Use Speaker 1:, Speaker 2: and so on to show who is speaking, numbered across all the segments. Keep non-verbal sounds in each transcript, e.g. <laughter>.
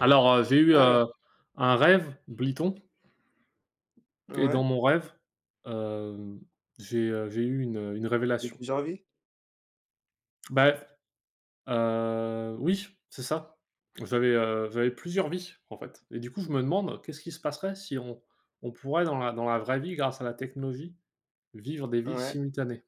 Speaker 1: Alors, j'ai eu
Speaker 2: Alors,
Speaker 1: un rêve, Bliton, et
Speaker 2: ouais,
Speaker 1: dans mon rêve, hem, j'ai eu une
Speaker 2: et
Speaker 1: révélation.
Speaker 2: plusieurs vies?
Speaker 1: Bah, oui, c'est ça. J'avais plusieurs vies, en fait, et du coup, je me demande qu'est-ce qui se passerait si on pourrait dans la vraie vie, grâce à la technologie, vivre des vies
Speaker 2: Ouais.
Speaker 1: simultanées?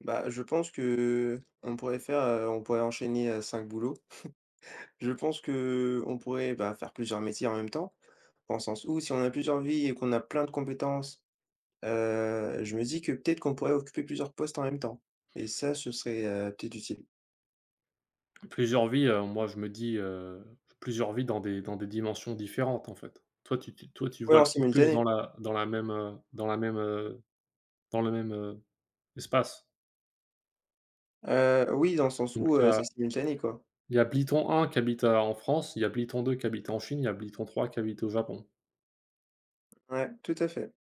Speaker 2: Bah, je pense que on pourrait faire, on pourrait enchaîner, 5 boulots. Je pense que on pourrait, bah, faire plusieurs métiers en même temps, dans le sens où si on a plusieurs vies et qu'on a plein de compétences, je me dis que peut-être qu'on pourrait occuper plusieurs postes en même temps et ça, ce serait, peut-être utile.
Speaker 1: Plusieurs vies, moi, je me dis, plusieurs vies dans des dimensions différentes, en fait. Toi, tu
Speaker 2: Oui,
Speaker 1: vois
Speaker 2: en
Speaker 1: le truc plus
Speaker 2: simultané.
Speaker 1: dans la même, dans la même, dans le même, espace.
Speaker 2: Oui, dans le sens
Speaker 1: Donc
Speaker 2: où,
Speaker 1: il y a
Speaker 2: c'est simultané, quoi.
Speaker 1: il y a Bliton un qui habite, en France, il y a Bliton deux qui habite en Chine, il y a Bliton trois qui habite au Japon.
Speaker 2: Ouais, tout à fait.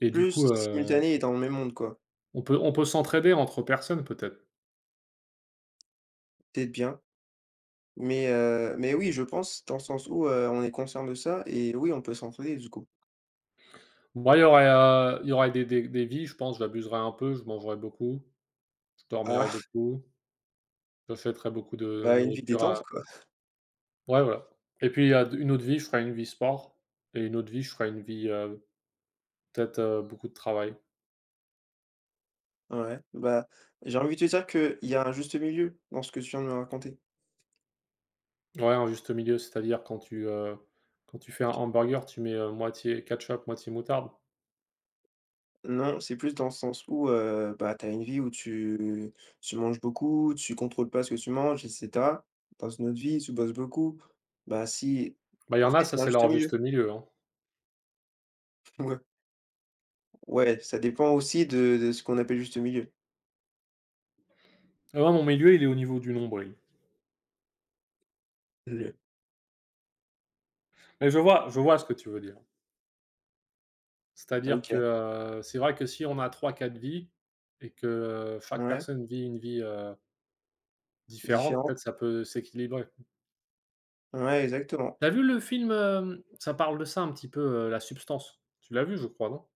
Speaker 1: Et du
Speaker 2: Plus
Speaker 1: coup,
Speaker 2: simultané et dans le même monde, quoi.
Speaker 1: on peut s'entraider entre personnes peut-être.
Speaker 2: Peut-être bien. Mais oui, je pense dans le sens où, on est conscient de ça et oui, on peut s'entraider du coup.
Speaker 1: Moi, il y aurait des vies, je pense. J'abuserais un peu, je mangerais beaucoup, je dormirais
Speaker 2: Ah, <laughs>
Speaker 1: beaucoup, j'achèterais beaucoup de
Speaker 2: bah, une vie
Speaker 1: nourriture
Speaker 2: détente
Speaker 1: à
Speaker 2: quoi.
Speaker 1: ouais, voilà. Et puis il y a d une autre vie, je ferais une vie sport. Et une autre vie, je ferais une vie, peut-être, beaucoup de travail.
Speaker 2: Ouais, bah, j'ai envie de te dire qu'il y a un juste milieu dans ce que tu viens de me raconter.
Speaker 1: Ouais, un juste milieu, c'est-à-dire quand tu fais un hamburger, tu mets, moitié ketchup, moitié moutarde.
Speaker 2: Non, c'est plus dans le sens où, bah, tu as une vie où tu manges beaucoup, tu contrôles pas ce que tu manges et cetera. Dans une autre vie, tu bosses beaucoup. Bah, si
Speaker 1: Bah, il y
Speaker 2: en
Speaker 1: en
Speaker 2: fait,
Speaker 1: a,
Speaker 2: il
Speaker 1: ça
Speaker 2: y a un
Speaker 1: c'est
Speaker 2: juste
Speaker 1: leur
Speaker 2: milieu.
Speaker 1: juste milieu, hein.
Speaker 2: <laughs> Ouais. Ouais, ça dépend aussi de ce qu'on appelle juste milieu.
Speaker 1: Ah, moi, mon milieu, il est au niveau du nombril.
Speaker 2: Le
Speaker 1: Mais je vois ce que tu veux dire. C'est-à-dire que,
Speaker 2: OK.
Speaker 1: c'est vrai que si on a 3-4 vies et que chaque
Speaker 2: Ouais,
Speaker 1: personne vit une vie, différente,
Speaker 2: différent.
Speaker 1: peut-être ça peut s'équilibrer.
Speaker 2: Ouais, exactement.
Speaker 1: T'as vu le film, ça parle de ça un petit peu, La Substance? Tu l'as vu, je crois, non?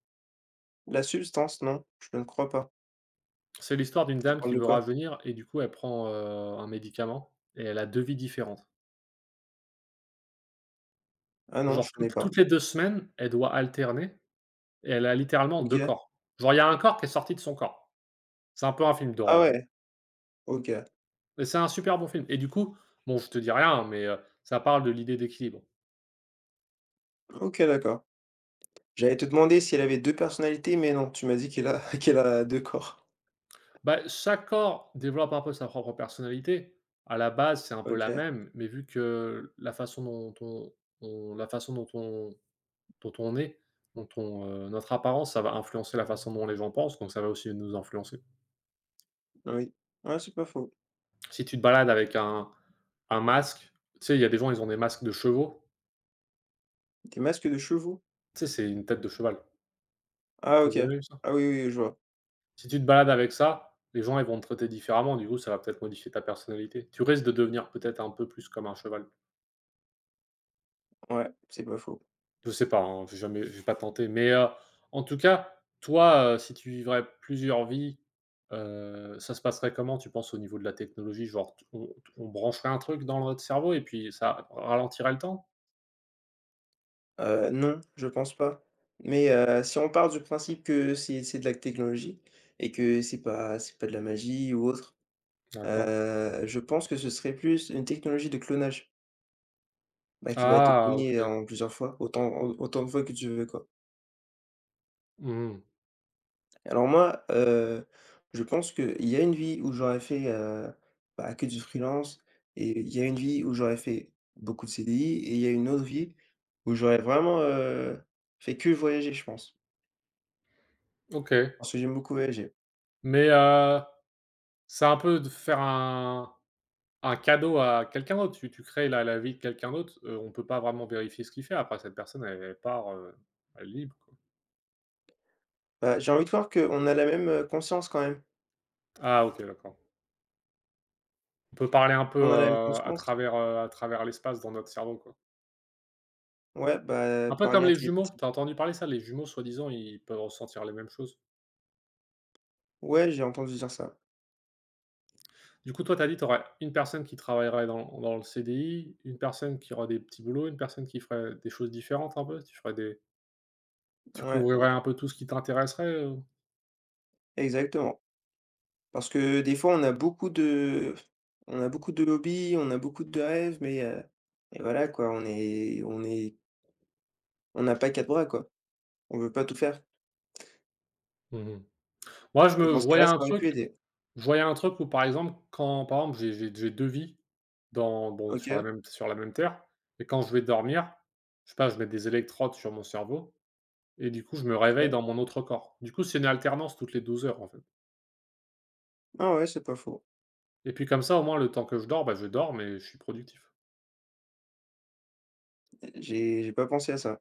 Speaker 2: La substance, non, je ne crois pas.
Speaker 1: C'est l'histoire d'une
Speaker 2: Ça
Speaker 1: dame
Speaker 2: parle
Speaker 1: qui
Speaker 2: de
Speaker 1: veut
Speaker 2: quoi?
Speaker 1: rajeunir et du coup, elle prend, un médicament et elle a 2 vies différentes.
Speaker 2: Ah non,
Speaker 1: Genre
Speaker 2: je connais
Speaker 1: toutes
Speaker 2: pas.
Speaker 1: toutes les 2 semaines, elle doit alterner et elle a littéralement 2
Speaker 2: OK.
Speaker 1: corps. Genre, il y a un corps qui est sorti de son corps. C'est un peu un film
Speaker 2: Ah
Speaker 1: d'horreur, hein.
Speaker 2: ouais, OK.
Speaker 1: Et c'est un super bon film et du coup, bon, je te dis rien, mais ça parle de l'idée d'équilibre.
Speaker 2: OK, d'accord. J'allais te demander si elle avait 2 personnalités, mais non, tu m'as dit qu'elle a <laughs> qu'elle a deux corps.
Speaker 1: Bah, chaque corps développe un peu sa propre personnalité. À la base, c'est un peu
Speaker 2: OK,
Speaker 1: la même, mais vu que la façon dont on la façon dont on dont on est, dont on, notre apparence, ça va influencer la façon dont les gens pensent, donc ça va aussi nous influencer.
Speaker 2: oui. Ouais, c'est pas faux.
Speaker 1: Si tu te balades avec un masque, tu sais, il y a des gens, ils ont des masques de chevaux,
Speaker 2: Des masques de chevaux?
Speaker 1: tu sais, c'est une tête de cheval.
Speaker 2: Ah
Speaker 1: T'as
Speaker 2: OK.
Speaker 1: jamais vu ça?
Speaker 2: Ah oui, oui, oui, je vois.
Speaker 1: Si tu te balades avec ça, les gens, ils vont te traiter différemment. Du coup, ça va peut-être modifier ta personnalité. Tu risques de devenir peut-être un peu plus comme un cheval.
Speaker 2: Ouais, c'est pas faux.
Speaker 1: Je sais pas, hein, j'ai pas tenté. Mais, en tout cas, toi, si tu vivrais plusieurs vies, ça se passerait comment, tu penses, au niveau de la technologie? Genre, t on brancherait un truc dans notre cerveau et puis ça ralentirait le temps?
Speaker 2: Non, je pense pas. Mais, si on part du principe que c'est de la technologie et que c'est pas de la magie ou autre,
Speaker 1: D'accord.
Speaker 2: je pense que ce serait plus une technologie de clonage. Bah, qui va être
Speaker 1: Ah, OK.
Speaker 2: puni en plusieurs fois, autant de fois que tu veux, quoi.
Speaker 1: Mmh.
Speaker 2: Alors moi, je pense qu'il y a une vie où j'aurais fait, bah, que du freelance et il y a une vie où j'aurais fait beaucoup de CDI et il y a une autre vie où j'aurais vraiment, fait que voyager, je pense.
Speaker 1: OK.
Speaker 2: Parce que j'aime beaucoup voyager.
Speaker 1: Mais, c'est un peu de faire un cadeau à quelqu'un d'autre. Tu crées la vie de quelqu'un d'autre, on peut pas vraiment vérifier ce qu'il fait après. Cette personne, elle part, elle est libre, quoi.
Speaker 2: Bah, j'ai envie de croire qu'on a la même, conscience quand même.
Speaker 1: Ah, OK, d'accord. On peut parler un peu,
Speaker 2: On a la même
Speaker 1: à
Speaker 2: conscience.
Speaker 1: travers, heu, à travers l'espace dans notre cerveau, quoi.
Speaker 2: Ouais, bah,
Speaker 1: Un peu
Speaker 2: par
Speaker 1: comme
Speaker 2: lien
Speaker 1: les jumeaux.
Speaker 2: télépathique.
Speaker 1: T'as entendu parler ça? Les jumeaux, soi-disant ils peuvent ressentir les mêmes choses.
Speaker 2: Ouais, j'ai entendu dire ça.
Speaker 1: Du coup, toi t'as dit t'aurais une personne qui travaillerait dans le CDI, une personne qui aurait des petits boulots, une personne qui ferait des choses différentes un peu? Tu ferais des Tu
Speaker 2: Ouais, ouais,
Speaker 1: couvrirais un peu tout ce qui t'intéresserait?
Speaker 2: exactement. Parce que des fois, on a beaucoup de hobbies, on a beaucoup de rêves, mais voilà quoi, on n'a pas 4 bras quoi. On veut pas tout faire
Speaker 1: Mmh. Moi je
Speaker 2: et
Speaker 1: me
Speaker 2: dans
Speaker 1: je
Speaker 2: ce
Speaker 1: voyais
Speaker 2: cas-là,
Speaker 1: un
Speaker 2: ça aurait
Speaker 1: truc
Speaker 2: pu aider.
Speaker 1: Je voyais un truc où, par exemple, quand par exemple, j'ai 2 vies dans bon, sur la
Speaker 2: OK,
Speaker 1: même sur la même terre. Et quand je vais dormir, je sais pas, je mets des électrodes sur mon cerveau et du coup, je me réveille
Speaker 2: OK.
Speaker 1: dans mon autre corps. Du coup, c'est une alternance toutes les 12 heures, en fait.
Speaker 2: Ah ouais, c'est pas faux.
Speaker 1: Et puis comme ça, au moins, le temps que je dors, bah, je dors, mais je suis productif.
Speaker 2: J'ai pas pensé à ça.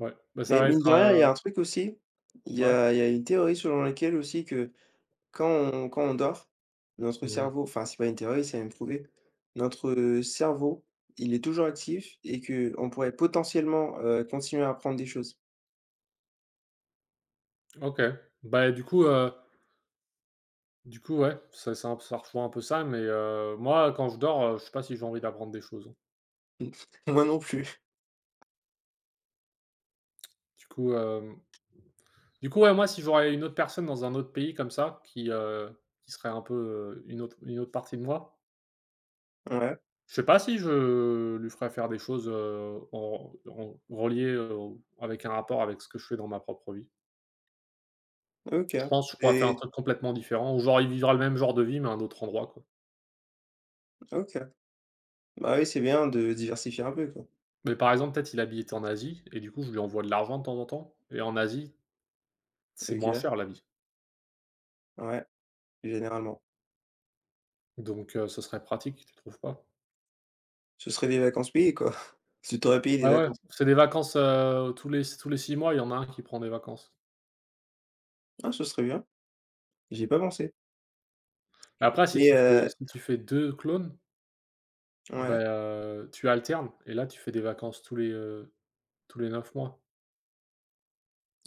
Speaker 1: Ouais, bah, ça
Speaker 2: Mais
Speaker 1: va
Speaker 2: mine
Speaker 1: être,
Speaker 2: de rien, il y a un truc aussi, il y
Speaker 1: ouais.
Speaker 2: a il y a une théorie selon laquelle aussi que quand on dort, notre
Speaker 1: Mmh.
Speaker 2: cerveau enfin c'est pas une théorie, c'est même prouvé. Notre cerveau, il est toujours actif et que on pourrait potentiellement, continuer à apprendre des choses.
Speaker 1: OK. Bah, du coup, ouais, ça rejoint un peu ça, mais moi, quand je dors, je sais pas si j'ai envie d'apprendre des choses.
Speaker 2: Moi non plus.
Speaker 1: Du coup, hem Du coup, ouais, moi, si j'aurais une autre personne dans un autre pays comme ça, qui serait un peu, une autre partie de moi.
Speaker 2: Ouais,
Speaker 1: Je sais pas si je lui ferais faire des choses, en reliées, au avec un rapport avec ce que je fais dans ma propre vie.
Speaker 2: OK
Speaker 1: Je pense que je pourrais faire un
Speaker 2: et
Speaker 1: truc complètement différent, ou genre il vivra le même genre de vie, mais à un autre endroit, quoi.
Speaker 2: OK. Bah, oui, c'est bien de diversifier un peu, quoi.
Speaker 1: Mais par exemple, peut-être il habite en Asie et du coup, je lui envoie de l'argent de temps en temps. Et en Asie, c'est moins
Speaker 2: OK,
Speaker 1: cher la vie.
Speaker 2: ouais, généralement.
Speaker 1: Donc ce serait pratique, tu trouves pas?
Speaker 2: Ce serait des vacances payées, quoi. <laughs> tu t'aurais payé des
Speaker 1: Ouais, ouais,
Speaker 2: vacances.
Speaker 1: c'est des vacances, tous les 6 mois, il y en a un qui prend des vacances.
Speaker 2: Ah, ce serait bien, j'y ai pas pensé.
Speaker 1: Après, si
Speaker 2: Mais
Speaker 1: tu fais
Speaker 2: heu
Speaker 1: si tu fais 2 clones, bah,
Speaker 2: ouais,
Speaker 1: tu alternes et là, tu fais des vacances tous les 9 mois.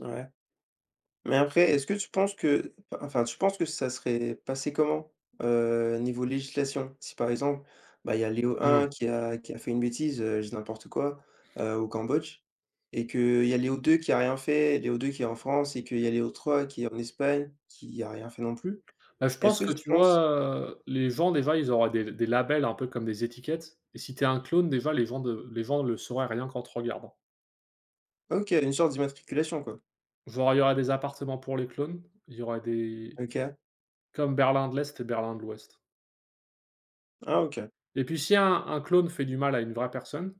Speaker 2: ouais. Mais après, est-ce que tu penses que enfin, tu penses que ça serait passé comment, niveau législation? Si par exemple, bah, il y a Léo
Speaker 1: Mmh.
Speaker 2: un qui a fait une bêtise, je dis n'importe quoi, au Cambodge et qu'il y a Léo 2 qui a rien fait, Léo 2 qui est en France et qu'il y a Léo 3 qui est en Espagne, qui a rien fait non plus.
Speaker 1: Bah, je
Speaker 2: Est-ce
Speaker 1: pense
Speaker 2: que
Speaker 1: que,
Speaker 2: tu
Speaker 1: tu
Speaker 2: penses
Speaker 1: vois, les gens déjà, ils auraient des labels un peu comme des étiquettes. Et si tu es un clone, déjà, les gens le sauraient rien qu'en te regardant.
Speaker 2: OK, une sorte d'immatriculation quoi.
Speaker 1: Genre, il y aurait des appartements pour les clones, il y aurait des
Speaker 2: OK.
Speaker 1: comme Berlin de l'Est et Berlin de l'Ouest.
Speaker 2: Ah OK.
Speaker 1: Et puis si un clone fait du mal à une vraie personne.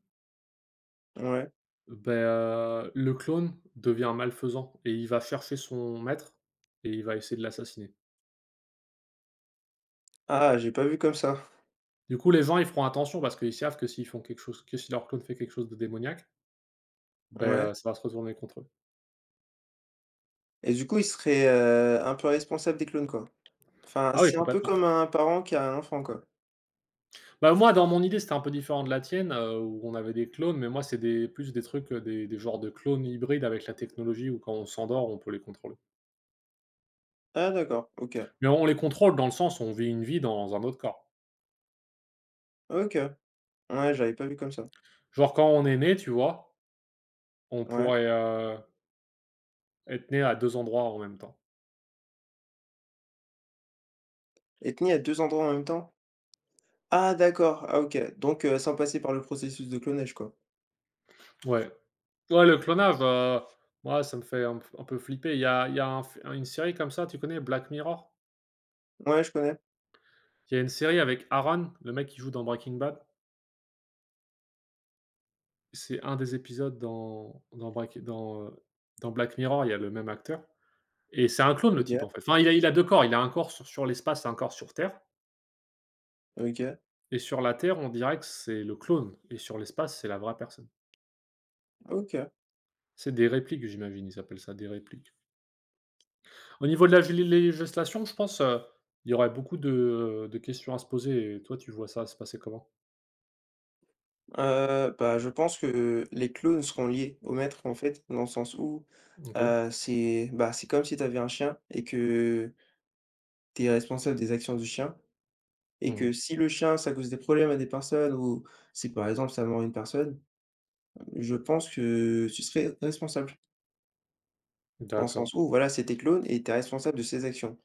Speaker 2: Ouais.
Speaker 1: Ben, le clone devient malfaisant et il va chercher son maître et il va essayer de l'assassiner.
Speaker 2: Ah, j'ai pas vu comme ça.
Speaker 1: Du coup, les gens, ils feront attention parce qu'ils savent que s'ils font quelque chose, que si leur clone fait quelque chose de démoniaque, ben,
Speaker 2: Ouais
Speaker 1: ça va se retourner contre eux.
Speaker 2: et du coup, ils seraient, un peu responsables des clones quoi. Enfin,
Speaker 1: Ah oui,
Speaker 2: c'est un peu
Speaker 1: complètement.
Speaker 2: comme un parent qui a un enfant quoi.
Speaker 1: Bah, moi, dans mon idée, c'était un peu différent de la tienne, où on avait des clones. Mais moi, c'est des plus des trucs, des genres de clones hybrides avec la technologie où quand on s'endort, on peut les contrôler.
Speaker 2: Ah d'accord, OK.
Speaker 1: Mais on les contrôle dans le sens où on vit une vie dans un autre corps.
Speaker 2: OK. Ouais, j'avais pas vu comme ça.
Speaker 1: Genre quand on est né, tu vois, on
Speaker 2: Ouais.
Speaker 1: pourrait, être né à 2 endroits en même temps.
Speaker 2: Et tenir à 2 endroits en même temps? Ah d'accord, ah OK. Donc, sans passer par le processus de clonage quoi?
Speaker 1: Ouais. Ouais, le clonage, moi, ça me fait un peu flipper. Il y a un f une série comme ça, tu connais Black Mirror?
Speaker 2: Ouais, je connais.
Speaker 1: Il y a une série avec Aaron, le mec qui joue dans Breaking Bad. C'est un des épisodes dans Black Mirror, il y a le même acteur et c'est un clone le
Speaker 2: OK,
Speaker 1: type, en fait. Enfin, il a 2 corps, il a un corps sur l'espace et un corps sur Terre.
Speaker 2: OK,
Speaker 1: Et sur la Terre, on dirait que c'est le clone et sur l'espace, c'est la vraie personne.
Speaker 2: OK.
Speaker 1: C'est des répliques, j'imagine, ils appellent ça des répliques. Au niveau de la gé législation, je pense, il y aurait beaucoup de questions à se poser. Et toi, tu vois ça se passer comment?
Speaker 2: Bah, je pense que les clones seront liés au maître, en fait, dans le sens où,
Speaker 1: OK.
Speaker 2: bah, c'est comme si tu avais un chien et que tu es responsable des actions du chien et
Speaker 1: Mmh.
Speaker 2: que si le chien, ça cause des problèmes à des personnes ou si, par exemple, ça mord une personne, je pense que tu serais responsable. Dans le
Speaker 1: D'accord.
Speaker 2: sens où voilà, c'est tes clones et tu es responsable de ses actions.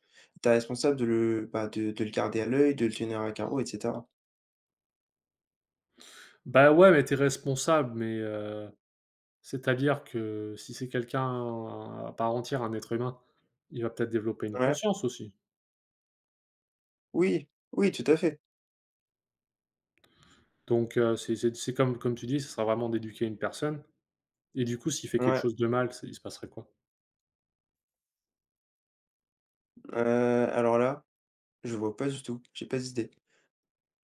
Speaker 2: Tu es responsable de le garder à l'œil, de le tenir à carreau et cetera.
Speaker 1: Bah, ouais, mais t'es responsable, mais c'est-à-dire que si c'est quelqu'un à part entière, un être humain, il va peut-être développer une
Speaker 2: Ouais.
Speaker 1: conscience aussi.
Speaker 2: Oui, oui, tout à fait.
Speaker 1: Donc c'est comme tu dis, ce sera vraiment d'éduquer une personne. Et du coup, s'il fait quelque
Speaker 2: Ouais,
Speaker 1: chose de mal, ça il se passerait quoi?
Speaker 2: heu, alors là, je vois pas du tout, j'ai pas d'idée.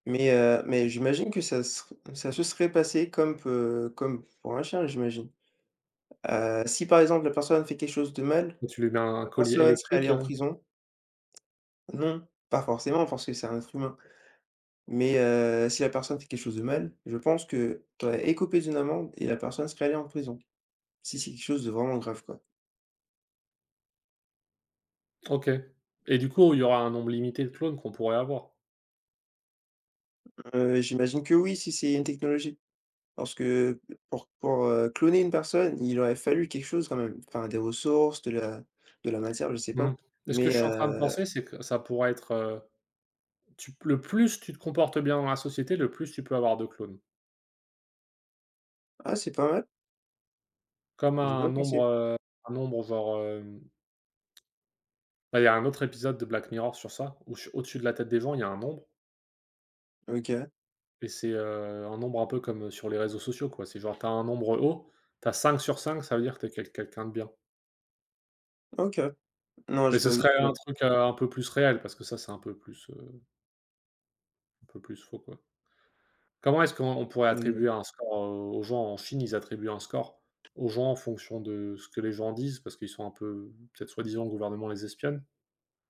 Speaker 2: Mais, j'imagine que ça se serait passé comme pour un chien, j'imagine. Si par exemple la personne fait quelque chose de mal,
Speaker 1: Tu lui mets un
Speaker 2: la
Speaker 1: collier
Speaker 2: personne serait
Speaker 1: électrique,
Speaker 2: allée en
Speaker 1: heu?
Speaker 2: prison? Non, pas forcément parce que c'est un être humain. Mais, si la personne fait quelque chose de mal, je pense que tu aurais écopé d'une amende et la personne serait allée en prison. Si c'est quelque chose de vraiment grave, quoi.
Speaker 1: OK, et du coup, il y aura un nombre limité de clones qu'on pourrait avoir.
Speaker 2: J'imagine que oui, si c'est une technologie. Parce que pour, cloner une personne, il aurait fallu quelque chose quand même. Enfin des ressources, de la matière, je sais pas.
Speaker 1: Mmh. Et ce que
Speaker 2: Mais
Speaker 1: je suis en train de
Speaker 2: heu,
Speaker 1: penser, c'est que ça pourrait être, tu p le plus tu te comportes bien dans la société, le plus tu peux avoir de clones.
Speaker 2: ah c'est pas mal.
Speaker 1: Comme
Speaker 2: J'ai pas
Speaker 1: un nombre,
Speaker 2: pensé.
Speaker 1: heu, un nombre genre, bah, il y a un autre épisode de Black Mirror sur ça, où su au-dessus de la tête des gens, il y a un nombre.
Speaker 2: OK,
Speaker 1: Et c'est, un nombre un peu comme, sur les réseaux sociaux, quoi. C'est genre, tu as un nombre haut, tu as 5 sur 5, ça veut dire que tu es quelqu'un de bien.
Speaker 2: OK. Non,
Speaker 1: Mais
Speaker 2: j'ai
Speaker 1: ce
Speaker 2: pas vu
Speaker 1: serait un
Speaker 2: celui-là.
Speaker 1: truc, un peu plus réel parce que ça, c'est un peu plus faux, quoi. Comment est-ce qu'on on pourrait
Speaker 2: OK.
Speaker 1: attribuer un score, aux gens? En Chine, ils attribuent un score aux gens en fonction de ce que les gens disent, parce qu'ils sont un peu peut-être, soi-disant le gouvernement les espionne.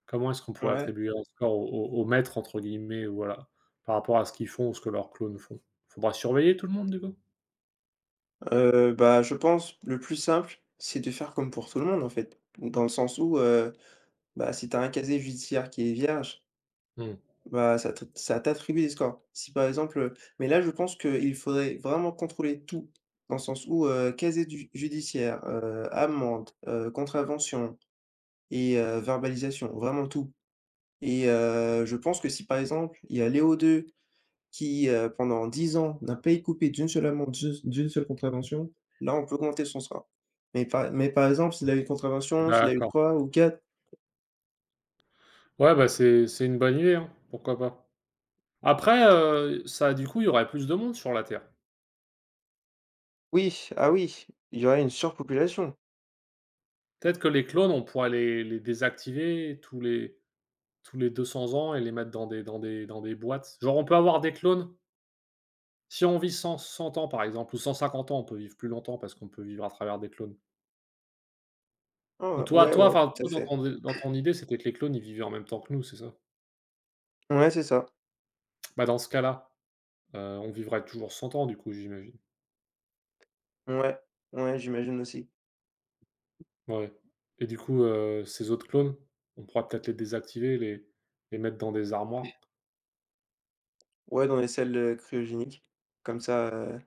Speaker 1: Comment est-ce qu'on pourrait
Speaker 2: Ouais.
Speaker 1: attribuer un score au «aux maîtres» entre guillemets, ou voilà, par rapport à ce qu'ils font ou ce que leurs clones font? Faudra surveiller tout le monde du coup?
Speaker 2: Bah, je pense le plus simple, c'est de faire comme pour tout le monde en fait. Dans le sens où, bah, si tu as un casier judiciaire qui est vierge,
Speaker 1: Mmh,
Speaker 2: bah, ça t'attribue des scores. Si par exemple, mais là, je pense qu'il faudrait vraiment contrôler tout, dans le sens où, casier du judiciaire, amende, contravention et verbalisation, vraiment tout et je pense que si par exemple, il y a Léo 2 qui, pendant 10 ans n'a pas écopé d'une seule amende, d'une seule contravention, là, on peut augmenter son score. Mais par exemple, s'il a eu une contravention, s'il a eu
Speaker 1: d'accord.
Speaker 2: 3 ou quatre
Speaker 1: Ouais, bah, c'est une bonne idée, hein, pourquoi pas. Après, ça du coup, il y aurait plus de monde sur la Terre.
Speaker 2: oui, ah oui, il y aurait une surpopulation.
Speaker 1: Peut-être que les clones, on pourrait les désactiver, tous les 200 ans et les mettre dans des boîtes. Genre, on peut avoir des clones. Si on vit 100 ans, par exemple, ou 150 ans, on peut vivre plus longtemps parce qu'on peut vivre à travers des clones. Ou
Speaker 2: Ah ouais, ouais, ouais,
Speaker 1: enfin,
Speaker 2: tout à
Speaker 1: toi dans
Speaker 2: fait.
Speaker 1: ton idée, c'était que les clones, ils vivaient en même temps que nous, c'est ça?
Speaker 2: Ouais, c'est ça.
Speaker 1: Bah, dans ce cas-là, on vivrait toujours 100 ans du coup, j'imagine?
Speaker 2: Ouais, ouais, j'imagine aussi.
Speaker 1: Ouais. Et du coup, ces autres clones, on pourra peut-être les désactiver, les mettre dans des armoires.
Speaker 2: Ouais, dans les salles, cryogéniques. Comme ça,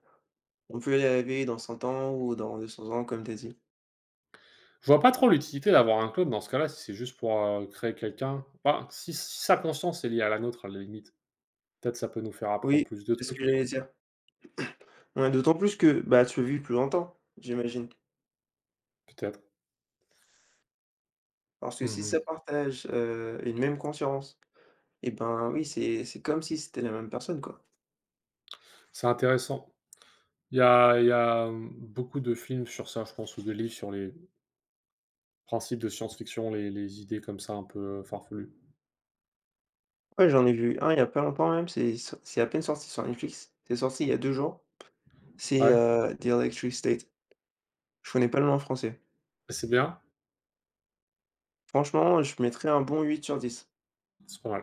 Speaker 2: on peut les laver dans 100 ans ou dans 200 ans, comme t'as dit.
Speaker 1: Je vois pas trop l'utilité d'avoir un clone dans ce cas-là, si c'est juste pour, créer quelqu'un. Bah, si sa conscience est liée à la nôtre, à la limite. Peut-être ça peut nous faire
Speaker 2: Oui,
Speaker 1: apprendre plus de
Speaker 2: c'est ce
Speaker 1: trucs,
Speaker 2: que j'allais dire. Ouais, d'autant plus que, bah, tu vis plus longtemps, j'imagine.
Speaker 1: peut-être.
Speaker 2: Parce que si
Speaker 1: Mmh.
Speaker 2: ça partage, une même conscience et ben, oui, c'est comme si c'était la même personne, quoi.
Speaker 1: C'est intéressant. Il y a, beaucoup de films sur ça, je pense, ou de livres sur les principes de science-fiction, les idées comme ça un peu farfelues.
Speaker 2: Ouais, j'en ai vu un il y a pas longtemps même, c'est à peine sorti sur Netflix. C'est sorti il y a 2 jours. C'est,
Speaker 1: Ouais,
Speaker 2: The Electric State. Je connais pas le nom en français.
Speaker 1: c'est bien?
Speaker 2: Franchement, je mettrais un bon 8/10.
Speaker 1: C'est pas mal.